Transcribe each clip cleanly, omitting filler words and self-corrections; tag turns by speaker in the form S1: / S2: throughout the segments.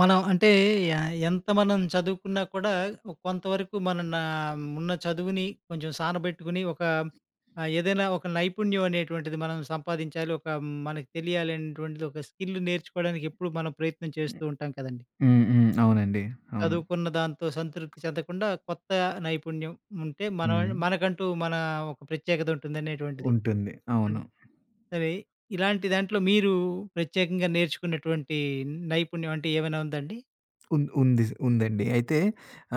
S1: మనం అంటే ఎ ఎంత మనం చదువుకున్నా కూడా కొంతవరకు నా ఉన్న చదువుని కొంచెం సానబెట్టుకొని ఒక ఏదైనా ఒక నైపుణ్యం అనేటువంటిది మనం సంపాదించాలి. ఒక మనకు తెలియాలి అనేటువంటిది ఒక స్కిల్ నేర్చుకోవడానికి ఎప్పుడు మనం ప్రయత్నం
S2: హ్మ్.
S1: చేస్తూ ఉంటాం కదండీ.
S2: హ్మ్. హ్మ్. అవునండి. అవును.
S1: చదువుకున్న దాంతో సంతృప్తి చెందకుండా కొత్త నైపుణ్యం ఉంటే మనం
S2: హ్మ్.
S1: మనకంటూ మన ఒక ప్రత్యేకత ఉంటుందనేటువంటిది.
S2: ఉంటుంది. అవును.
S1: అంటే సరే ఇలాంటి దాంట్లో మీరు ప్రత్యేకంగా నేర్చుకున్నటువంటి నైపుణ్యం అంటే ఏమైనా ఉందండి?
S2: ఉంది. ఉందండి. అయితే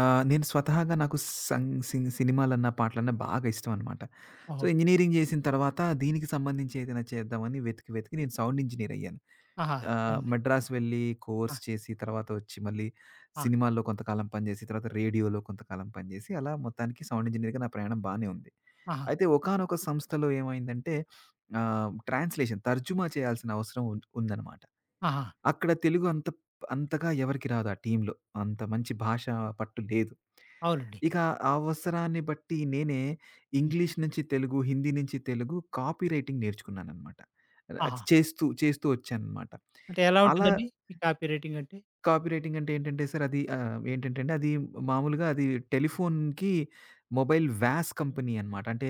S2: నేను స్వతహాగా నాకు సం సి సినిమాలన్నా, పాటలన్నా బాగా ఇష్టం అనమాట. సో,
S1: ఓహో!
S2: ఇంజినీరింగ్ చేసిన తర్వాత దీనికి సంబంధించి ఏదైనా చేద్దామని వెతికి నేను సౌండ్ ఇంజినీర్ అయ్యాను.
S1: ఆహా! అవును.
S2: మద్రాస్ వెళ్ళి
S1: ఆ!
S2: కోర్స్ చేసి, తర్వాత వచ్చి మళ్ళీ
S1: ఆ!
S2: సినిమాల్లో కొంతకాలం పనిచేసి, తర్వాత రేడియోలో కొంతకాలం పనిచేసి, అలా మొత్తానికి సౌండ్ ఇంజినీర్‌గా నా ప్రయాణం బానే ఉంది.
S1: ఆహా!
S2: అయితే ఒకానొక సంస్థలో ఏమైందంటే ట్రాన్స్‌లేషన్ తర్జుమా చేయాల్సిన అవసరం ఉందనమాట.
S1: ఆహా!
S2: అక్కడ తెలుగు అంతగా ఎవరికీ రాదు ఆ టీమ్‌లో. అంత మంచి భాషా పట్టు లేదు.
S1: అవునండి.
S2: ఇక ఆ అవసరాన్ని బట్టి నేనే
S1: హ్మ్.
S2: ఇంగ్లీష్ నుంచి తెలుగు, హిందీ నుంచి తెలుగు కాపీ రైటింగ్ నేర్చుకున్నాననమాట.
S1: ఆహా!
S2: చేస్తూ వచ్చాననమాట.
S1: అంటే ఎలా
S2: అలా
S1: ఉంటుందండి? ఈ కాపీ రైటింగ్ అంటే?
S2: కాపీ రైటింగ్ అంటే ఏంటంటే సార్ అది ఏంటంటే అండి అది మామూలుగా అది టెలిఫోన్‌కి మొబైల్ వ్యాస్ కంపెనీ అనమాట. అంటే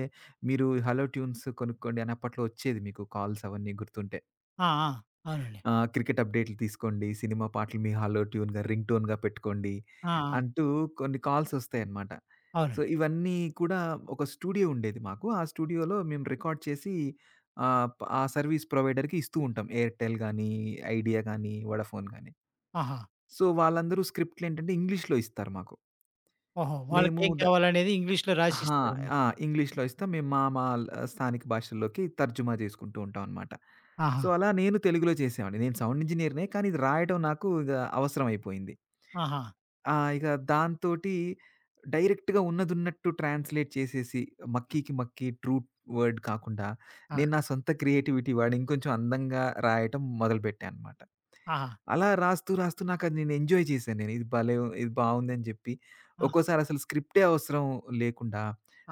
S2: మీరు 'హలో ట్యూన్స్' కొనుక్కోండి అని అప్పట్లో వచ్చేది మీకు కాల్స్ అవన్నీ గుర్తుంటే.
S1: ఆ! ఆ! అవునండి.
S2: క్రికెట్ అప్డేట్లు తీసుకోండి, సినిమా పాటలు మీ హలో ట్యూన్‌గా రింగ్ టోన్‌గా పెట్టుకోండి
S1: ఆ! ఆ!
S2: అంటూ కొన్ని కాల్స్ వస్తాయన్నమాట. సో,
S1: అవునండి.
S2: ఇవన్నీ కూడా ఒక స్టూడియో ఉండేది మాకు. ఆ స్టూడియోలో మేము రికార్డ్ చేసి ఆహ్, ప ఆ సర్వీస్ ప్రొవైడర్‌కి ఇస్తూ ఉంటాం. ఎయిర్‌టెల్ గానీ, ఐడియా గానీ, వోడాఫోన్ గానీ.
S1: ఆహా!
S2: సో, వాళ్ళందరూ స్క్రిప్ట్‌లేంటంటే ఇంగ్లీష్‌లో ఇస్తారు మాకు.
S1: ఓహో!
S2: మేము
S1: వాళ్ళకేం
S2: ద
S1: కావాలనేది ఇంగ్లీష్‌లో
S2: అహా!
S1: రాసిస్తారు మీరు.
S2: ఆ! ఇంగ్లీష్‌లో ఇస్తాం. మేము మా మా ల్ స్థానిక భాషల్లోకి తర్జుమా జేసుకుంటూ ఉంటాం అనమాట.
S1: ఆహా!
S2: సో, అలా నేను తెలుగులో చేసేవాడిని. నేను సౌండ్ ఇంజినీర్‌నే కానీ ఇది రాయడం నాకు అవసరం అయిపోయింది.
S1: ఆహా!
S2: ఆ! ఇక దాంతోటి డైరెక్ట్‌గా ఉన్నదున్నట్టు ట్రాన్స్‌లేట్ చేసేసి, మక్కీకి మక్కీ వర్డ్ కాకుండా,
S1: ఆ!
S2: నేను నా సొంత క్రియేటివిటీ వాడి ఇంకొంచెం అందంగా రాయటం మొదలుపెట్టా అనమాట.
S1: ఆహా!
S2: అలా రాస్తూ నాకది నేను ఎంజాయ్ చేశాను నేను. ఇది భలే! ఇది బావుందని చెప్పి,
S1: ఆ!
S2: ఒక్కోసారి అసలు స్క్రిప్టే అవసరం లేకుండా,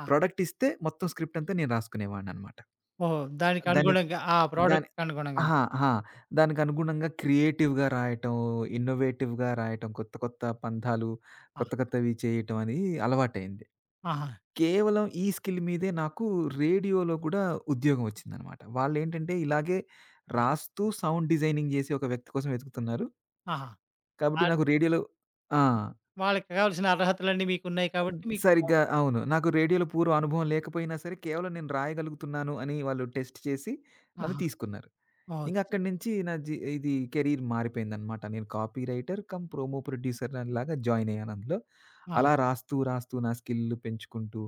S1: ఆ!
S2: ప్రొడక్ట్ ఇస్తే మొత్తం స్క్రిప్ట్ అంతా నేను రాసుకునేవాడిననమాట.
S1: ఓహో! దానికి
S2: దాని
S1: అనుగుణంగా ఆ
S2: దాని
S1: ప్రోడక్ట్‌కి అనుగుణంగానే.
S2: అహా! అహా! దానికనుగుణంగా క్రియేటివ్‌గా రాయటం, ఇన్నోవేటివ్‌గా రాయటం, కొత్త కొత్త పంధాలు,
S1: ఆ!
S2: కొత్త కొత్తవి చేయటం అని అలవాటయింది.
S1: ఆహా!
S2: కేవలం ఈ స్కిల్ మీదే నాకు రేడియోలో కూడా ఉద్యోగం వచ్చిందనమాట. వాళ్ళేంటంటే ఇలాగే
S1: ఆ!
S2: రాస్తూ సౌండ్ డిజైనింగ్ జేసి ఒక వ్యక్తి కోసం వెతుకుతున్నారు.
S1: ఆహా!
S2: కాబట్టి
S1: ఆహ్,
S2: నాకు రేడియోలో ఆ!
S1: వాళ్ళకి కావాల్సిన అర్హతలన్నీ మీకున్నాయి కాబట్టి మీకు
S2: సరిగ్గా అవును. నాకు రేడియోలో పూర్వ అనుభవం లేకపోయినా సరే, కేవలం నేను రాయగలుగుతున్నాను అని వాళ్ళు టెస్ట్ చేసి నన్ను
S1: ఆహా!
S2: తీసుకున్నారు.
S1: ఓహ్!
S2: ఇంక అక్కడి నుంచి నా జీ ఇది కెరీర్ మారిపోయిందనమాట. నేను copywriter cum promo producer లాగా జాయిన్ అయ్యాను అందులో.
S1: ఆహా!
S2: అలా రాస్తూ నా స్కిల్ పెంచుకుంటూ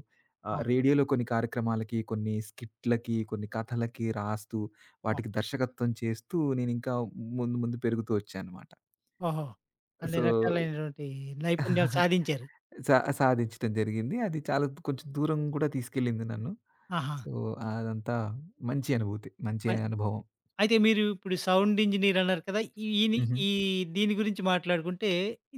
S1: ఆ!
S2: రేడియోలో కొన్ని కార్యక్రమాలకి, కొన్ని స్కిట్‌లకి, కొన్ని కథలకి రాస్తూ,
S1: ఆ!
S2: వాటికి దర్శకత్వం చేస్తూ నేనింకా ముందు పెరుగుతూ వచ్చాననమాట.
S1: ఓహో! అన్ని
S2: సో,
S1: రకాలైనటువంటి నైపుణ్యాలు సాధించారు.
S2: సాధించటం జరిగింది. అది చాలా కొంచెం దూరం కూడా తీసుకెళ్ళింది నన్ను.
S1: ఆహా!
S2: సో, అదంతా మంచి అనుభూతి. మంచి
S1: మ
S2: అనుభవం.
S1: అయితే మీరు ఇప్పుడు సౌండ్ ఇంజినీర్ అన్నారు కదా! ఈని
S2: హుహు.
S1: ఈ దీని గురించి మాట్లాడుకుంటే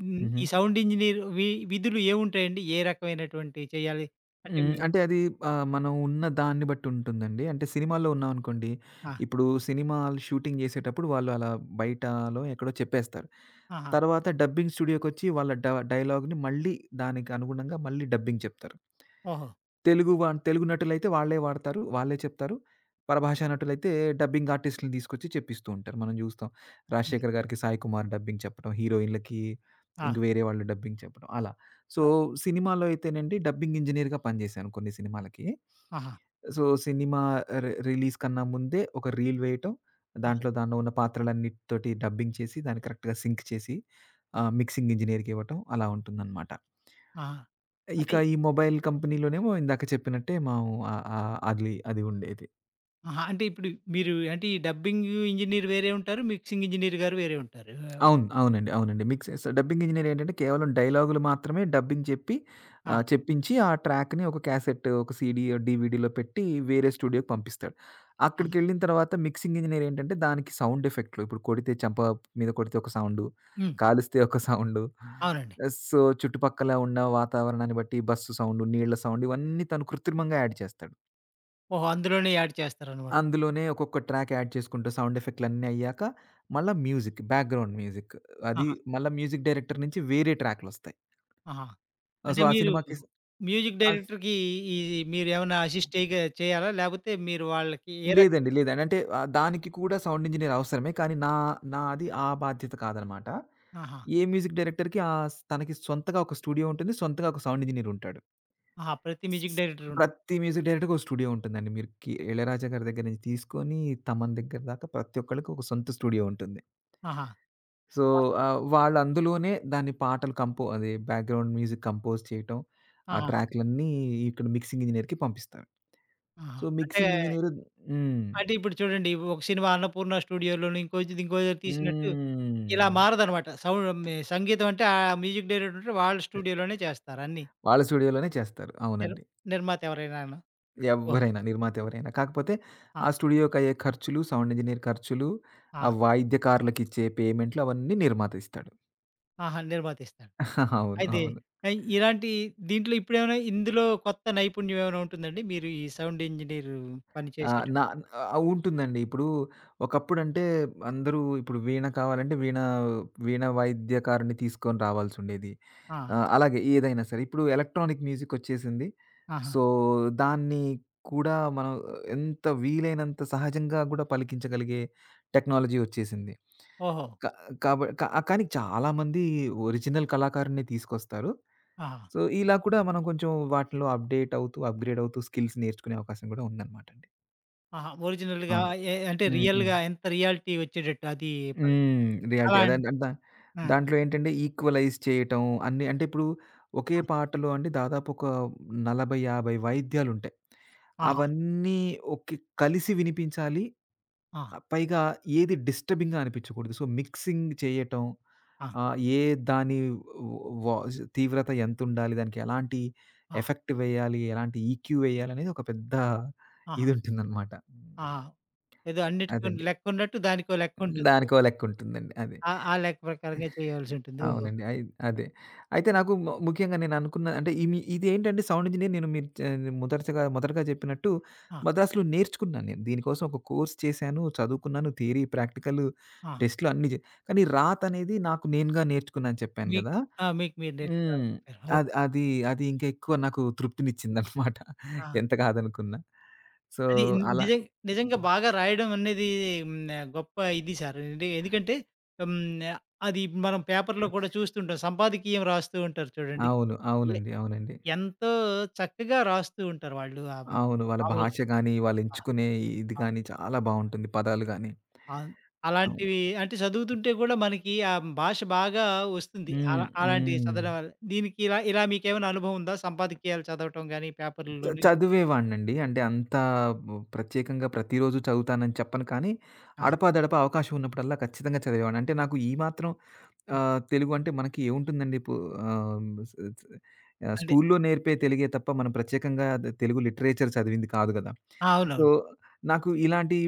S1: హ్మ్.
S2: హుహు.
S1: ఈ సౌండ్ ఇంజినీర్ విధులు ఏముంటాయండి? ఏ రకమైనటువంటివి చేయాలి? అంటే
S2: హ్మ్.
S1: మేము
S2: అంటే అది మనం ఉన్న దాన్ని బట్టి ఉంటుందండి. అంటే సినిమాల్లో ఉన్నామనుకోండి,
S1: ఆ!
S2: ఇప్పుడు సినిమాలు షూటింగ్ చేసేటప్పుడు వాళ్ళు అలా బయటలో ఎక్కడో చెప్పేస్తారు.
S1: ఆహా!
S2: తర్వాత డబ్బింగ్ స్టూడియోకొచ్చి వాళ్ళ డైలాగ్‌ని మళ్ళీ దానికి అనుగుణంగా మళ్ళీ డబ్బింగ్ చెప్తారు.
S1: ఓహో!
S2: తెలుగు నటులైతే వాళ్ళే వాడతారు. వాళ్ళే చెప్తారు. పరభాషా నటులైతే డబ్బింగ్ ఆర్టిస్ట్‌లని తీసుకొచ్చి చెప్పిస్తూ ఉంటారు. మనం జూస్తాం.
S1: హ్మ్.
S2: రాజశేఖర్ గారికి సాయి కుమార్ డబ్బింగ్ చెప్పడం. హీరోయిన్‌లకి
S1: ఆ!
S2: ఇంక వేరే వాళ్ళు డబ్బింగ్ చెప్పడం అలా. సో,
S1: ఆ!
S2: సినిమాలో అయితేనండి డబ్బింగ్ ఇంజినీర్‌గా పనిజేశాను కొన్ని సినిమాలకి.
S1: ఆహా!
S2: సో, సినిమా రిలీజ్ కన్నా ముందే ఒక రీల్ వేయటం.
S1: ఆ!
S2: దానిలో ఉన్న పాత్రలన్నిటితోటి డబ్బింగ్ చేసి దాన్ని కరెక్ట్‌గా సింక్ చేసి
S1: ఆ!
S2: మిక్సింగ్ ఇంజినీర్‌కి ఇవ్వటం అలా ఉంటుందన్నమాట.
S1: ఆహా!
S2: ఇక
S1: అంటే
S2: ఈ మొబైల్ కంపెనీలోనేమో ఇందాక చెప్పినట్టే అది అది ఉండేది.
S1: ఆహా! అంటే ఇప్పుడు మీరు అంటే ఈ డబ్బింగ్ ఇంజినీర్ వేరే ఉంటారు. మిక్సింగ్ ఇంజినీర్ గారు వేరే ఉంటారు.
S2: అవును. అవునండి. మిక్స్ చేస్తా డబ్బింగ్ ఇంజినీర్ ఏంటంటే కేవలం డైలాగులు మాత్రమే డబ్బింగ్ చెప్పి
S1: ఆ!
S2: చెప్పించి ఆ ట్రాక్‌ని ఒక క్యాసెట్, ఒక సీడీ, డీవీడీలో పెట్టి వేరే స్టూడియోకి పంపిస్తాడు.
S1: ఆ!
S2: అక్కడికెళ్ళిన తర్వాత మిక్సింగ్ ఇంజినీర్ ఏంటంటే దానికి సౌండ్ ఎఫెక్ట్‌లు ఇప్పుడు కొడితే చెంప మీద కొడితే ఒక సౌండు,
S1: హ్మ్.
S2: కాలిస్తే ఒక సౌండు.
S1: అవునండి.
S2: సో, చుట్టుపక్కల ఉన్న వాతావరణాన్ని బట్టి బస్సు సౌండు, నీళ్ల సౌండ్ ఇవన్నీ తను కృత్రిమంగా యాడ్ చేస్తాడు.
S1: ఓహో! అందులోనే యాడ్ చేస్తారనమాట.
S2: అందులోనే ఒక్కొక్క ట్రాక్ యాడ్ చేసుకుంటూ సౌండ్ ఎఫెక్ట్‌లన్నీ అయ్యాక మళ్ళా మ్యూజిక్, బ్యాక్‌గ్రౌండ్ మ్యూజిక్. అది
S1: ఆహా!
S2: మళ్ళా మ్యూజిక్ డైరెక్టర్ నుంచి వేరే ట్రాక్‌లొస్తాయి.
S1: ఆహా!
S2: సో,
S1: అంటే
S2: ఆ
S1: మీరు
S2: సినిమాకి స-
S1: మ్యూజిక్
S2: ఆ స్
S1: డైరెక్టర్‌కి ఈ మీరేమన్నా అసిస్ట్
S2: అస్
S1: చేయాలా? లేపోతే మీరు వాళ్ళకి ఏ
S2: లేదండి.
S1: రకంగా
S2: లేదండి. అంటే దానికి కూడా సౌండ్ ఇంజినీర్ అవసరమే. కానీ నాది ఆ బాధ్యత కాదనమాట.
S1: ఆహా!
S2: ఏ మ్యూజిక్ డైరెక్టర్‌కి ఆహ్, స్ తనకి సొంతగా ఒక స్టూడియో ఉంటుంది. సొంతగా ఒక సౌండ్ ఇంజినీర్ ఉంటాడు.
S1: ఆహా! ప్రతి మ్యూజిక్
S2: స్-
S1: డైరెక్టర్ ఉంటారు.
S2: ప్రతి మ్యూజిక్ డైరెక్టర్‌కి ఒక స్టూడియో ఉంటుందండి. మీరు కి 'ఇళయరాజా' గారి దగ్గర నుంచి తీసుకొని, తమన్ దగ్గర దాకా ప్రతి ఒక్కళ్ళకి ఒక సొంత స్టూడియో ఉంటుంది.
S1: ఆహా!
S2: సో, వాళ్ళు అందులోనే దాన్ని పాటలు కంపో అది బ్యాక్‌గ్రౌండ్ మ్యూజిక్ కంపోజ్ చేయటం. ఆ
S1: ఆహా!
S2: ట్రాక్‌లన్నీ ఇక్కడ మిక్సింగ్ ఇంజినీర్‌కి పంపిస్తారు.
S1: ఆహా!
S2: సో,
S1: అంటే,
S2: మిక్సింగ్ ఇంజినీర్. హ్మ్.
S1: అంటే ఇప్పుడు చూడండి ఒక సినిమా 'అన్నపూర్ణ స్టూడియోలోను' ఇంకో ఇంకో దగ్గర తీసినట్టు ఇలా
S2: హ్మ్.
S1: మారదనమాట. సౌండ్ మి సంగీతం అంటే ఆ మ్యూజిక్ డైరెక్టర్ ఉంటే వాళ్ళ స్టూడియోలోనే చేస్తారు అన్నీ.
S2: వాళ్ళ స్టూడియోలోనే చేస్తారు.
S1: నిర్
S2: అవునండి.
S1: నిర్మాత ఎవరైనాను. ఓహ్!
S2: ఎవ్వరైనా నిర్మాత ఎవరైనా. కాకపోతే
S1: ఆ!
S2: ఆ స్టూడియోకయ్యే ఖర్చులు, సౌండ్ ఇంజినీర్ ఖర్చులూ, ఆ
S1: ఆ!
S2: వాయిద్యకారులకిచ్చే పేమెంట్లు అవన్నీ నిర్మాత ఇస్తాడు.
S1: ఆహా! నిర్మాతిస్తాడు.
S2: అవును.
S1: అయితే
S2: అవును.
S1: ఇలాంటి దీంట్లో ఇప్పుడేమైనా ఇందులో కొత్త నైపుణ్యం ఏమైనా ఉంటుందండి? మీరు ఈ సౌండ్ ఇంజినీర్ పని
S2: ఆ!
S1: చేసేటప్పుడు?
S2: ఆ! ఉంటుందండి. ఇప్పుడు ఒకప్పుడంటే అందరూ ఇప్పుడు వీణ కావాలంటే వీణ వాయిద్యకారుడిని తీసుకొని రావాల్సుండేది.
S1: ఆ!
S2: అలాగే ఏదైనా సరే. ఇప్పుడు ఎలక్ట్రానిక్ మ్యూజికొచ్చేసింది.
S1: ఆహా!
S2: సో, దాన్ని కూడా మనం ఎంత వీలైనంత సహజంగా గూడా పలికించగలిగే టెక్నాలజీ ఒచ్చేసింది.
S1: ఓహో!
S2: క కాబ క కానీ చాలామంది ఒరిజినల్ కళాకారుడినే తీసుకొస్తారు.
S1: ఆహా!
S2: సో, ఇలా కూడా మనం కొంచెం వాటిలో అప్‌డేట్ అవుతూ, అప్‌గ్రేడ్ అవుతూ స్కిల్స్ నేర్చుకునే అవకాశం గూడా ఉందనమాటండి.
S1: ఆహా! ఒరిజినల్‌గా
S2: అవును.
S1: ఏ అంటే
S2: హ్మ్. హ్మ్.
S1: రియల్‌గా ఎంత రియాలిటీ వచ్చేటట్టు అది పలికితే
S2: హ్మ్. రియాలిటీ
S1: అలా
S2: అదే ద ద
S1: ఆ!
S2: దాంట్లో ఏంటంటే ఈక్వలైజ్ చేయటం అన్నీ అంటే ఇప్పుడు ఒకే
S1: ఆ!
S2: పాటలో అండి దాదాపు ఒక 40, 50 వాయిద్యాలుంటాయి.
S1: ఆహా!
S2: అవన్నీ ఒకే కలిసి వినిపించాలి.
S1: ఆ!
S2: పైగా ఏది డిస్టర్బింగ్‌గా అనిపించకూడదు. సో, మిక్సింగ్ చేయటం.
S1: ఆ!
S2: ఆహ్, ఏ దాని వాస్ తీవ్రత ఎంతుండాలి? దానికి ఎలాంటి
S1: ఆ!
S2: ఎఫెక్ట్ వేయాలి? ఎలాంటి ఈక్యూ వేయాలనేది ఒక పెద్ద
S1: ఆహా!
S2: ఇదుంటుందనమాట.
S1: ఆహా! ఏదో అన్నిటికి
S2: అదండి.
S1: లెక్కున్నట్టు దానికో లెక్కుంటుంది.
S2: దానికో లెక్కుంటుందండి. అది.
S1: ఆ ఆ లెక్క ప్రకారంగా చేయాల్సుంటుంది. ఓహో!
S2: అవునండి. అయి అదే. అయితే నాకు ముఖ్యంగా నేననుకున్న అంటే ఇదేంటంటే సౌండ్ ఇంజినీర్ నేను మీరు చ మొదటగా మొదటగా చెప్పినట్టు
S1: ఆ!
S2: మద్రాసులో నేర్చుకున్నాను నేను. దీనికోసం ఒక కోర్స్ చేశాను, చదువుకున్నాను. థియరీ, ప్రాక్టికల్
S1: ఆ!
S2: టెస్ట్‌లు అన్నీ జే కానీ రాతనేది నాకు నేనుగా నేర్చుకున్నా అని చెప్పాను
S1: మీకు
S2: గదా!
S1: ఆ! మీకు మీరు
S2: హ్మ్.
S1: నేర్చుకున్నారని చెప్పారు. ఓకే.
S2: అది అది అది ఇంకా ఎక్కువ నాకు తృప్తినిచ్చిందనమాట.
S1: ఆ!
S2: ఎంత కాదనుకున్నా. సో,
S1: అది
S2: అలా
S1: నిజం నిజంగా బాగా రాయడం అనేది హ్మ్, గొప్ప ఇది సార్. అంటే ఎందుకంటే హ్మ్, అది మనం పేపర్‌లో కూడా చూస్తుంటాం. సంపాదకీయం రాస్తూ ఉంటారు చూడండి.
S2: అవును.
S1: ఎ
S2: అవునండి.
S1: ఎంతో చక్కగా రాస్తూ ఉంటారు వాళ్ళు. హ్మ్,
S2: అవును. వాళ్ళ
S1: మామూలుగా
S2: భాష గాని,
S1: ఆ!
S2: వాళ్ళెంచుకునే ఇది
S1: ఆ!
S2: గాని చాలా బావుంటుంది. పదాలు గాని.
S1: అవును.
S2: అవును.
S1: అలాంటివి అంటే చదువుతుంటే కూడా మనకి ఆ భాష బాగా వస్తుంది.
S2: హ్మ్.
S1: అలాంటివి
S2: హ్మ్.
S1: చదవడం వల్ల. దీనికి ఇలా ఇలా మీకేమైనా అనుభవం ఉందా? సంపాదకీయాలు చదవటం గాని పేపర్‌ల్లోని?
S2: చదివేవాడినండి. అంటే అంత ప్రత్యేకంగా ప్రతిరోజు చదువుతానని చెప్పను కానీ,
S1: ఆ!
S2: అడపాదడపా అవకాశం ఉన్నప్పుడల్లా ఖచ్చితంగా చదివేవాడిని. అంటే నాకు ఈ మాత్రం
S1: హ్మ్.
S2: తెలుగు అంటే మనకి ఏముంటుందండి పు ఆహ్, స్ స్ ఆహ్,
S1: అంటే
S2: స్కూల్లో నేర్పే తెలుగే తప్ప మనం ప్రత్యేకంగా తెలుగు లిటరేచర్ చదివింది కాదు గదా!
S1: ఆ!
S2: సో,
S1: అవునవును.
S2: నాకు ఇలాంటి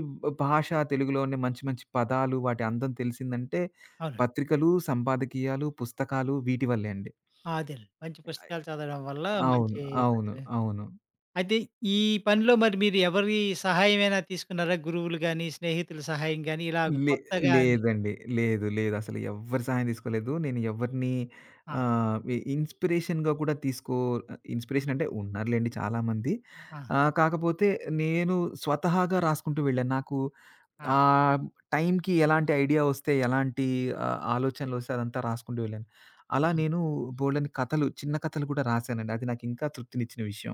S2: భాష తెలుగులోనే మంచి మంచి పదాలు వాటి అందం తెలిసిందంటే
S1: అవును.
S2: పత్రికలు, సంపాదకీయాలు, పుస్తకాలు వీటి వల్లే అండి.
S1: ఆ! అదేలెండి. మంచి
S2: అయ్
S1: పుస్తకాలు చదవడం వల్ల
S2: అవును.
S1: మంచి
S2: అవును.
S1: పద్ధతి.
S2: అవును.
S1: అయితే ఈ పనిలో మరి మీరు ఎవరి సహాయమైనా తీసుకున్నారా? గురువులు గాని, స్నేహితుల సహాయం గాని ఇలా
S2: లే
S1: కొత్తగా అని
S2: లేదండి. లేదు. లేదు. అసలు ఎవ్వరి సహాయం తీసుకోలేదు. నేను ఎవరిని
S1: ఆ!
S2: ఆహ్, ఇ ఇన్‌స్పిరేషన్‌గా కూడా తీసుకో ఇన్‌స్పిరేషన్ అంటే ఉన్నారులెండి చాలామంది.
S1: ఆ!
S2: కాకపోతే నేను స్వతహాగా రాసుకుంటూ వెళ్ళాను. నాకు
S1: ఆ!
S2: ఆ టైంకి ఎలాంటి ఐడియా వస్తే, ఎలాంటి ఆలోచనలొస్తే అదంతా రాసుకుంటూ వెళ్ళాను. అలా
S1: హ్మ్.
S2: నేను బోలెడన్ని కథలు, చిన్న కథలు కూడా రాసానండి. అది నాకింకా తృప్తినిచ్చిన విషయం.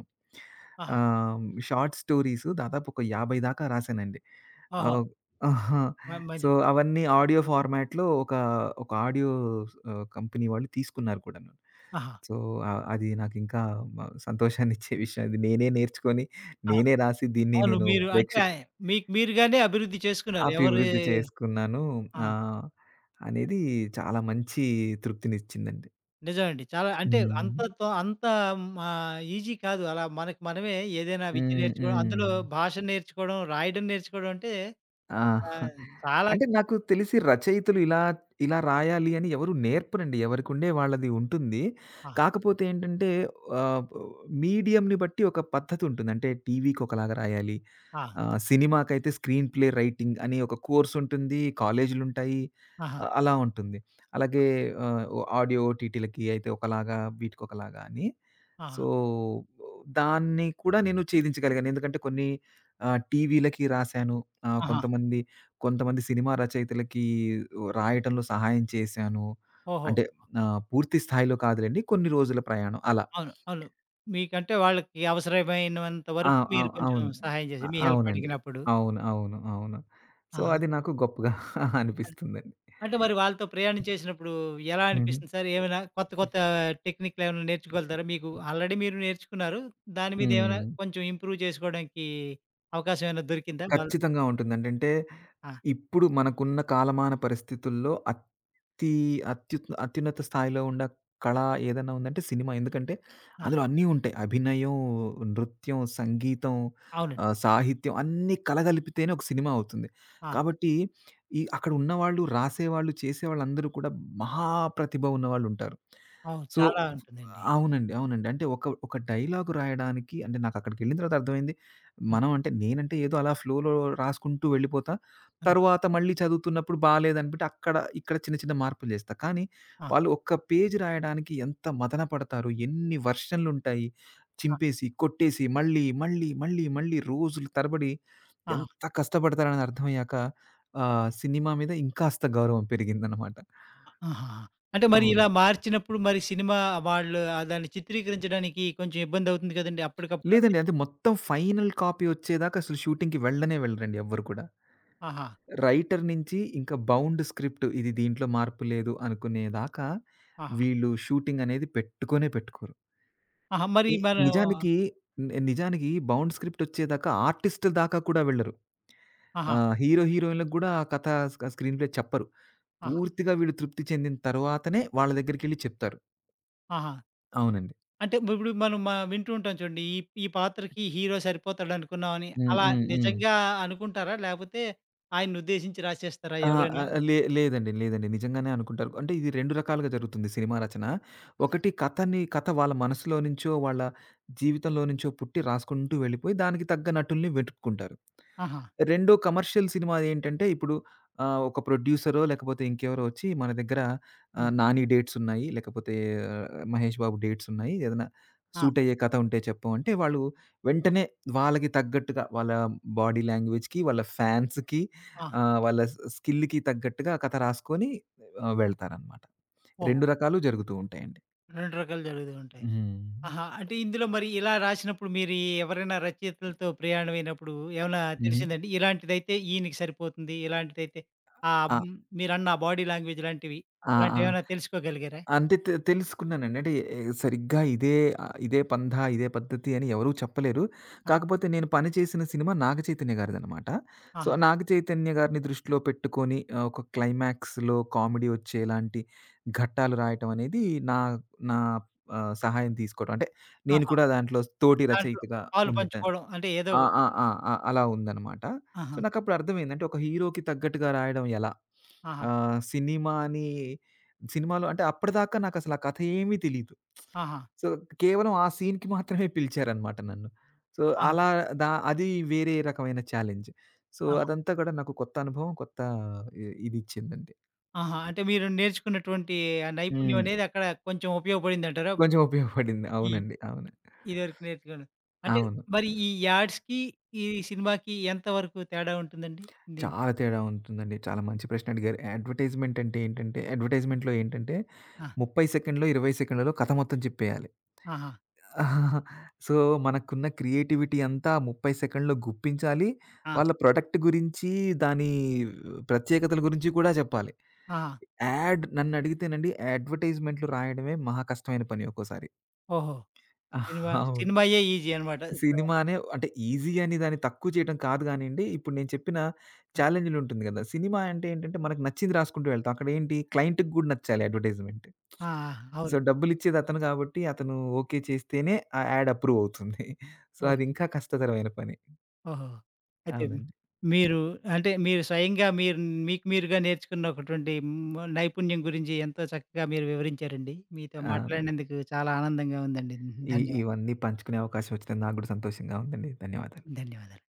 S1: ఆహా!
S2: ఆహ్, షార్ట్ స్టోరీస్ దాదాపు ఒక 50 దాకా రాసానండి.
S1: ఓహో!
S2: ఆహ్, సో,
S1: మంచి
S2: అవన్నీ ఆడియో ఫార్మాట్‌లో ఒక ఆడియో కంపెనీ వాళ్ళు తీసుకున్నారు కూడాను.
S1: ఆహా!
S2: సో, అది నాకింకా సంతోషాన్నిచ్చే విషయం. అది నేనే నేర్చుకొని,
S1: ఆ!
S2: నేనే రాసి దీన్ని
S1: అవును.
S2: నేను
S1: మీరు
S2: ప్రేక్ష
S1: అంటే మీకు మీరుగానే అభివృద్ధి చేసుకున్నారు. ఎవరి
S2: అభివృద్ధి చేసుకున్నాను.
S1: ఆ!
S2: ఆహ్, అనేది చాలా మంచి తృప్తినిచ్చిందండి.
S1: నిజమండి. చాలా అంటే
S2: హ్మ్.
S1: అంత అంత మా ఈజీ కాదు. అలా మనకు మనమే ఏదైనా విద్య
S2: హ్మ్.
S1: నేర్చుకోవడం,
S2: హ్మ్.
S1: అందులో భాష నేర్చుకోవడం, రాయడం నేర్చుకోవడం అంటే
S2: ఆ!
S1: ఆహ్, చాలా
S2: అంటే నాకు తెలిసి రచయితలు ఇలా రాయాలి అని ఎవరు నేర్పరండి. ఎవరికుండే వాళ్ళది ఉంటుంది.
S1: ఆ!
S2: కాకపోతే ఏంటంటే ఆహ్, మీడియంని బట్టి ఒక పద్ధతుంటుంది. అంటే టీవీకొకలాగా రాయాలి.
S1: ఆ!
S2: సినిమాకైతే స్క్రీన్ ప్లే రైటింగ్ అని ఒక కోర్స్ ఉంటుంది. కాలేజీలుంటాయి.
S1: ఆహా!
S2: అలా ఉంటుంది. అలాగే ఆహ్, ఆడియో ఓటీటీలకి అయితే ఒకలాగా, వీటికొకలాగా అని.
S1: ఆహా!
S2: సో, దాన్ని కూడా నేను ఛేదించగలిగాను. ఎందుకంటే కొన్ని టీవీలకి రాశాను. ఆహ్,
S1: ఆహా!
S2: కొంతమంది, కొంతమంది సినిమా రచయితలకి రాయటంలో సహాయం చేశాను.
S1: ఓహో!
S2: అంటే పూర్తి స్థాయిలో కాదులెండి. కొన్ని రోజుల ప్రయాణం అలా.
S1: అవును. అవును. మీకంటే వాళ్ళకి అవసరమైనంత
S2: ఆ!
S1: వరకు మీరు కొంచెం
S2: అవును.
S1: సహాయం చేసి మీ హెల్ప్
S2: అవునండి.
S1: అడిగినప్పుడు.
S2: అవును. అవును. అవును. సో,
S1: ఆహా!
S2: అది నాకు గొప్పగా
S1: అన్
S2: అనిపిస్తుందండి.
S1: అంటే మరి వాళ్ళతో ప్రయాణం చేసినప్పుడు ఎలా
S2: హుహు.
S1: అనిపిస్తుంది సార్? ఏమైనా కొత్త కొత్త టెక్నిక్‌లేమైనా నేర్చుకోగలుగుతారా? మీకు ఆల్రెడీ మీరు నేర్చుకున్నారు. దాని మీద ఏమైనా
S2: హ్మ్.
S1: కొంచెం ఇంప్రూవ్ చేసుకోవడానికి అవకాశం ఏమైనా దొరికిందా? వాళ్ళు
S2: ఖచ్చితంగా ఉంటుందండి. అంటే,
S1: ఆ!
S2: ఇప్పుడు మనకున్న కాలమాన పరిస్థితుల్లో అతి అత్యు అత్యున్నత స్థాయిలో ఉన్న కళ ఏదైనా ఉందంటే సినిమా. ఎందుకంటే,
S1: ఆ!
S2: అందులో అన్నీ ఉంటాయి. అభినయం, నృత్యం, సంగీతం,
S1: అవునండి.
S2: సాహిత్యం అన్నీ కలగలిపితేనే ఒక సినిమా అవుతుంది.
S1: ఆ!
S2: కాబట్టి, ఈ అక్కడ ఉన్నవాళ్ళు, రాసేవాళ్ళు, చేసేవాళ్ళు అందరూ కూడా మహా ప్రతిభ ఉన్నవాళ్ళుంటారు.
S1: అవును.
S2: సో
S1: చాలా ఉంటుందండి.
S2: అవునండి. అంటే ఒక డైలాగ్ రాయడానికి అంటే, నాకు అక్కడికెళ్ళిన తర్వాత అర్థమైంది
S1: ఆ!
S2: మనం అంటే నేనంటే ఏదో అలా ఫ్లోలో రాసుకుంటూ వెళ్ళిపోతా.
S1: ఆ!
S2: తరువాత మళ్ళీ చదువుతున్నప్పుడు బాలేదనిపితే అక్కడ, ఇక్కడ చిన్న చిన్న మార్పులు చేస్తా. కానీ
S1: ఆ!
S2: వాళ్ళు ఒక్క పేజ్ రాయడానికి ఎంత మదన పడతారు. ఎన్ని వెర్షన్‌లుంటాయి. చింపేసి, కొట్టేసి, మళ్ళీ రోజులు తరబడి
S1: ఆ!
S2: ఎంత కష్టపడతారని అర్థమయ్యాక సినిమా మీద ఇంకాస్త గౌరవం పెరిగిందనమాట.
S1: ఆహాహా! అంటే మరి
S2: అవును.
S1: ఇలా మార్చినప్పుడు మరి సినిమా వాళ్ళు దాన్ని చిత్రీకరించడానికి కొంచెం ఇబ్బందవుతుంది కదండీ! అప్పటికప్పుడు అది.
S2: లేదండి. అంటే మొత్తం ఫైనల్ కాపీ వచ్చేదాకా అసలు షూటింగ్‌కి వెళ్ళనే వెళ్ళరండి ఎవ్వరు కూడా.
S1: ఆహా!
S2: రైటర్ నుంచి ఇంకా బౌండ్ స్క్రిప్ట్ ఇది దీంట్లో మార్పు లేదు అనుకునేదాకా
S1: ఆహా!
S2: వీళ్ళు షూటింగ్ అనేది పెట్టుకొనే పెట్టుకోరు.
S1: ఆహా! మరి
S2: ఎ
S1: మనం
S2: నిజానికి నిజానికి బౌండ్ స్క్రిప్ట్ వచ్చేదాకా ఆర్టిస్ట్ దాకా కూడా వెళ్ళరు.
S1: ఆహా!
S2: హీరో, హీరోయిన్‌లకు గూడా ఆ కథ స్క్రీన్ ప్లే చెప్పరు.
S1: ఆహా!
S2: పూర్తిగా వీళ్ళు తృప్తి చెందిన తర్వాతనే వాళ్ళ దగ్గరికెళ్లి చెప్తారు.
S1: ఆహా!
S2: అవునండి.
S1: అంటే ఇప్పుడు మనం వింటూ ఉంటాం చూడండి. ఈ ఈ పాత్రకి హీరో సరిపోతాడనుకున్నామని.
S2: హ్మ్.
S1: అలా
S2: హ్మ్. హ్మ్.
S1: నిజంగా అనుకుంటారా? లేపోతే ఆయన్నుద్దేశించి రాసేస్తారా
S2: ఆ! ఆ!
S1: ఎవరైనా?
S2: లేదండి. లేదండి. నిజంగానే అనుకుంటారు. అంటే ఇది 2 రకాలుగా జరుగుతుంది సినిమా రచన. ఒకటి కథ వాళ్ళ మనసులో నుంచో, వాళ్ళ జీవితంలో నుంచో పుట్టి రాసుకుంటూ వెళ్ళిపోయి, దానికి తగ్గ నటుల్ని వెతుక్కుంటారు.
S1: ఆహా!
S2: రెండో కమర్షియల్ సినిమాదేంటంటే, ఇప్పుడు ఒక ప్రొడ్యూసరో, లేకపోతే ఇంకెవరో ఒచ్చి మన దగ్గర
S1: హ్మ్.
S2: 'నాని' డేట్సున్నాయి, లేకపోతే 'మహేష్ బాబు' డేట్సున్నాయి, ఏదైనా
S1: ఆ!
S2: సూటయ్యే కథ ఉంటే చెప్పు అంటే, వాళ్ళు వెంటనే వాళ్ళకి తగ్గట్టుగా, వాళ్ళ బాడీ లాంగ్వేజ్‌కి, వాళ్ళ ఫ్యాన్స్‌కి
S1: ఆ!
S2: వాళ్ళ స్కిల్‌కి తగ్గట్టుగా కథ రాసుకొని వెళ్తారనమాట.
S1: ఓహో!
S2: 2 రకాలు జరుగుతూ ఉంటాయండి.
S1: 2 రకాలు జరుగుతూ ఉంటాయి.
S2: హ్మ్.
S1: ఆహా! అంటే ఇందులో మరి ఇలా రాసినప్పుడు మీరు ఎవరైనా రచయితలతో ప్రయాణమైనప్పుడు ఏమైనా
S2: హుహు.
S1: తెలిసిందండి? ఇలాంటిదైతే ఈయనకి సరిపోతుంది. ఇలాంటిదైతే
S2: ఆ!
S1: హ్మ్, మీరన్న బాడీ లాంగ్వేజ్ లాంటివి
S2: ఆ! ఆ!
S1: ఇలాంటివేమైనా తెలుసుకోగలిగారా?
S2: అంటే తెలుసుకున్నానండి. అంటే ఏ- సరిగ్గా ఇదే ఇదే పందా, ఇదే పద్ధతి అని ఎవరు చెప్పలేరు.
S1: ఆ!
S2: కాకపోతే నేను పని చేసిన సినిమా నాగచైతన్య గారిదనమాట. సో,
S1: ఆహా!
S2: నాగచైతన్య గారిని దృష్టిలో పెట్టుకొని ఒక క్లైమాక్స్‌లో కామెడీ వచ్చేలాంటి ఘట్టాలు రాయటం అనేది నా నా ఆహ్, సహాయం తీసుకోవడం. అంటే నేను
S1: ఆహా!
S2: కూడా దాంట్లో తోటి
S1: దాంట్లో
S2: రచయితగా
S1: పాలు
S2: ఉండట
S1: పంచుకోవడం అంటే ఏదో
S2: ఆ!
S1: ఒకటి
S2: ఆ!
S1: మరి.
S2: ఆ! ఆ! అలా ఉందనమాట. సో,
S1: ఆహా!
S2: నాకప్పుడు అర్థమైంది. అంటే, ఒక హీరోకి తగ్గట్టుగా రాయడం ఎలా?
S1: ఆహా!
S2: ఆహ్, సినిమాని సినిమాలో అంటే, అప్పటిదాకా నాకసల ఆ కథ ఏమీ తెలీదు.
S1: ఆహా!
S2: సో, కేవలం ఆ సీన్‌కి మాత్రమే పిలిచారనమాట నన్ను. సో,
S1: ఆహా!
S2: అలా అది వేరే రకమైన ఛాలెంజ్. సో,
S1: ఆహా!
S2: అదంతా కూడా నాకు కొత్త అనుభవం, కొత్త ఇదిచ్చిందండి.
S1: ఆహా! అంటే మీరు నేర్చుకున్నటువంటి ఆ నైపుణ్యం
S2: హ్మ్.
S1: అనేది అక్కడ కొంచెం ఉపయోగపడిందంటారా?
S2: కొంచెం ఉపయోగపడింది.
S1: ఈ
S2: అవునండి. అవును.
S1: ఇదివరకు నేర్చుకోవడం. అంటే
S2: అవును.
S1: మరి ఈ యాడ్స్‌కి, ఈ సినిమాకి ఎంత వరకు తేడా ఉంటుందండి? దీని
S2: చాలా తేడా ఉంటుందండి. చాలా మంచి ప్రశ్న అడిగారు. అడ్వర్‌టైజ్‌మెంట్ అంటే ఏంటంటే, అడ్వర్‌టైజ్‌మెంట్‌లో ఏంటంటే
S1: ఆ!
S2: 30 సెకండ్‌లో, 20 సెకండ్‌లలో కథ మొత్తం చెప్పేయాలి.
S1: ఆహా!
S2: సో, మనకున్న క్రియేటివిటీ అంతా 30 సెకండ్‌లో గుప్పించాలి.
S1: ఆ!
S2: వాళ్ళ ప్రొడక్ట్ గురించి, దాని ప్రత్యేకతల గురించి కూడా చెప్పాలి.
S1: ఆహా!
S2: యాడ్ నన్నడిగితేనండి అడ్వర్‌టైజ్‌మెంట్‌లు రాయడమే మహా కష్టమైన పని ఒక్కోసారి.
S1: ఓహో! సినిమా
S2: అవును.
S1: సినిమాయే ఈజీ అనమాట.
S2: సినిమానే అంటే ఈజీ అని దాన్ని తక్కువ చేయటం కాదు గానీయండి. ఇప్పుడు నేను చెప్పిన
S1: ఆ!
S2: ఛాలెంజ్‌లుంటుంది గదా! సినిమా అంటే ఏంటంటే మనకు నచ్చింది రాసుకుంటూ వెళ్తాం. అక్కడేంటి క్లయింట్‌కి గూడా నచ్చాలి అడ్వర్‌టైజ్‌మెంట్.
S1: ఆ!
S2: సో,
S1: అవును.
S2: డబ్బులిచ్చేది అతను గాబట్టి అతను ఓకే చేస్తేనే ఆ యాడ్ అప్రూవ్ అవుతుంది. సో, అది
S1: ఓహ్!
S2: ఇంకా కష్టతరమైన పని.
S1: ఓహో! అయితే
S2: అవునండి.
S1: మీరు అంటే మీరు స్వయంగా మీరు మీకు మీరుగా నేర్చుకున్నటువంటి హ్మ్, నైపుణ్యం గురించి ఎంతో చక్కగా మీరు వివరించారండి. మీతో
S2: అవునండి.
S1: మాట్లాడినందుకు చాలా ఆనందంగా ఉందండి.
S2: ఈ
S1: ధన్యవాదాలు.
S2: ఇవన్నీ పంచుకునే అవకాశం వచ్చినందుకు నాకు గూడా సంతోషంగా ఉందండి. ధన్యవాదాలు.
S1: ధన్యవాదాలు.